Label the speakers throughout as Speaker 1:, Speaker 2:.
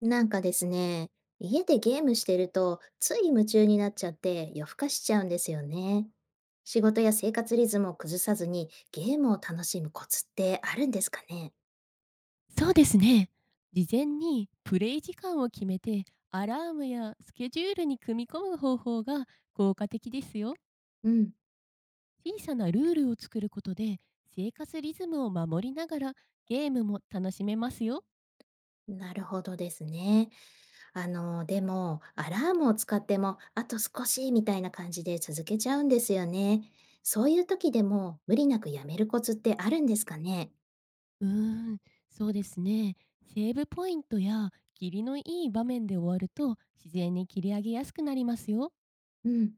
Speaker 1: なんかですね、家でゲームしてると、つい夢中になっちゃって夜更かしちゃうんですよね。仕事や生活リズムを崩さずにゲームを楽しむコツってあるんですかね？
Speaker 2: そうですね。事前にプレイ時間を決めて、アラームやスケジュールに組み込む方法が効果的ですよ。
Speaker 1: うん。
Speaker 2: 小さなルールを作ることで、生活リズムを守りながらゲームも楽しめますよ。
Speaker 1: なるほどですね。でも、アラームを使っても、あと少しみたいな感じで続けちゃうんですよね。そういう時でも、無理なくやめるコツってあるんですかね？
Speaker 2: うーん、そうですね。セーブポイントや霧のいい場面で終わると自然に切り上げやすくなりますよ。
Speaker 1: うん。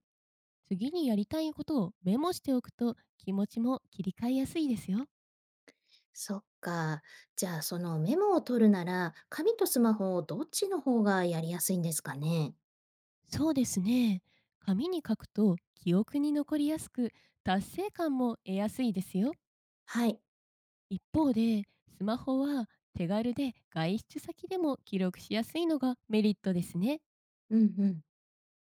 Speaker 2: 次にやりたいことをメモしておくと気持ちも切り替えやすいですよ。
Speaker 1: そっか。じゃあ、そのメモを取るなら、紙とスマホをどっちの方がやりやすいんですかね？
Speaker 2: そうですね。紙に書くと記憶に残りやすく、達成感も得やすいですよ。
Speaker 1: はい。
Speaker 2: 一方で、スマホは手軽で外出先でも記録しやすいのがメリットですね。
Speaker 1: うんうん。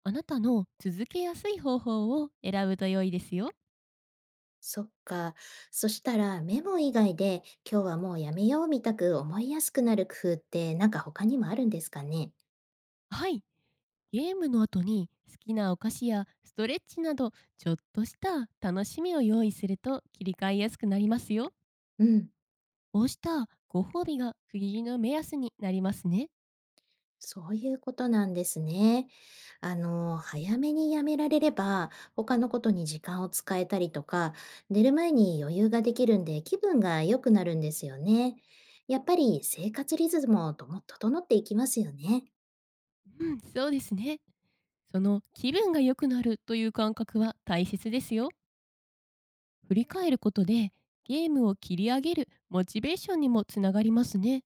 Speaker 2: あなたの続けやすい方法を選ぶと良いですよ。
Speaker 1: そっか。そしたら、メモ以外で、今日はもうやめようみたく思いやすくなる工夫って、なんか他にもあるんですかね？
Speaker 2: はい。ゲームの後に好きなお菓子やストレッチなど、ちょっとした楽しみを用意すると切り替えやすくなりますよ。
Speaker 1: うん。
Speaker 2: こうしたご褒美が区切りの目安になりますね。
Speaker 1: そういうことなんですね。早めにやめられれば、他のことに時間を使えたりとか、寝る前に余裕ができるんで気分が良くなるんですよね。やっぱり生活リズムもとも整っていきますよね。
Speaker 2: うん、そうですね。その気分が良くなるという感覚は大切ですよ。振り返ることで、ゲームを切り上げるモチベーションにもつながりますね。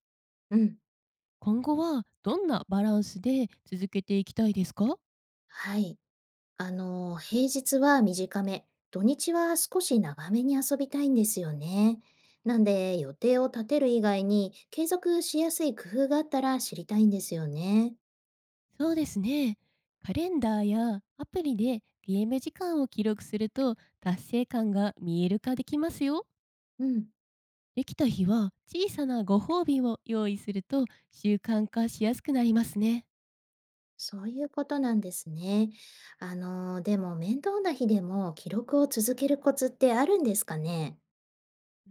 Speaker 1: うん。
Speaker 2: 今後はどんなバランスで続けていきたいですか？
Speaker 1: はい。平日は短め、土日は少し長めに遊びたいんですよね。なんで、予定を立てる以外に継続しやすい工夫があったら知りたいんですよね。
Speaker 2: そうですね。カレンダーやアプリでゲーム時間を記録すると達成感が見える化できますよ。
Speaker 1: うん。
Speaker 2: できた日は小さなご褒美を用意すると習慣化しやすくなりますね。
Speaker 1: そういうことなんですね。でも面倒な日でも記録を続けるコツってあるんですかね？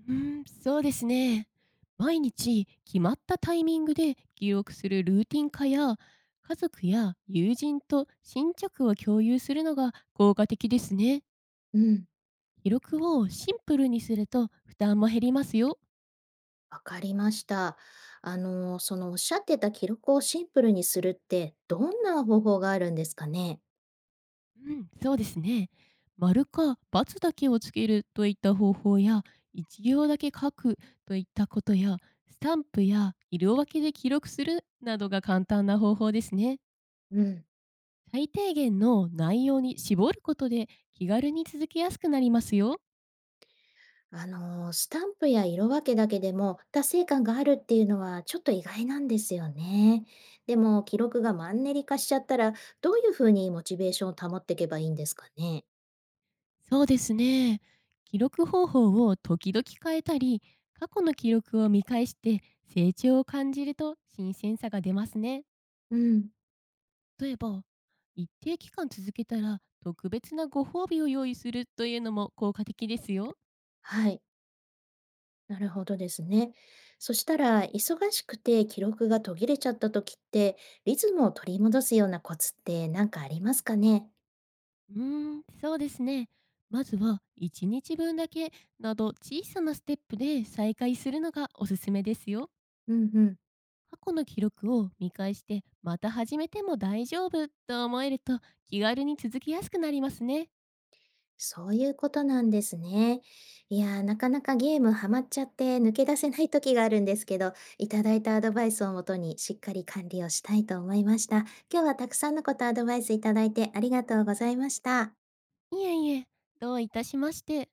Speaker 2: うーん、そうですね。毎日決まったタイミングで記憶するルーティン化や、家族や友人と新着を共有するのが効果的ですね。
Speaker 1: うん、
Speaker 2: 記録をシンプルにすると負担も減りますよ。
Speaker 1: わかりました。そのおっしゃってた記録をシンプルにするってどんな方法があるんですかね？
Speaker 2: うん、そうですね。丸か×だけをつけるといった方法や、一行だけ書くといったことや、スタンプや色分けで記録するなどが簡単な方法ですね。
Speaker 1: うん。
Speaker 2: 最低限の内容に絞ることで気軽に続けやすくなりますよ。
Speaker 1: スタンプや色分けだけでも達成感があるっていうのはちょっと意外なんですよね。でも記録がマンネリ化しちゃったら、どういうふうにモチベーションを保っていけばいいんですかね？
Speaker 2: そうですね。記録方法を時々変えたり、過去の記録を見返して成長を感じると新鮮さが出ますね。
Speaker 1: うん。
Speaker 2: 例えば、一定期間続けたら特別なご褒美を用意するというのも効果的ですよ。
Speaker 1: はい。なるほどですね。そしたら、忙しくて記録が途切れちゃった時って、リズムを取り戻すようなコツって何かありますかね？
Speaker 2: うーん、そうですね。まずは1日分だけなど、小さなステップで再開するのがおすすめですよ。
Speaker 1: うんうん。
Speaker 2: 過去の記録を見返して、また始めても大丈夫と思えると気軽に続きやすくなりますね。
Speaker 1: そういうことなんですね。いやー、なかなかゲームハマっちゃって抜け出せない時があるんですけど、いただいたアドバイスをもとにしっかり管理をしたいと思いました。今日はたくさんのことアドバイスいただいてありがとうございました。
Speaker 2: いえいえ、どういたしまして。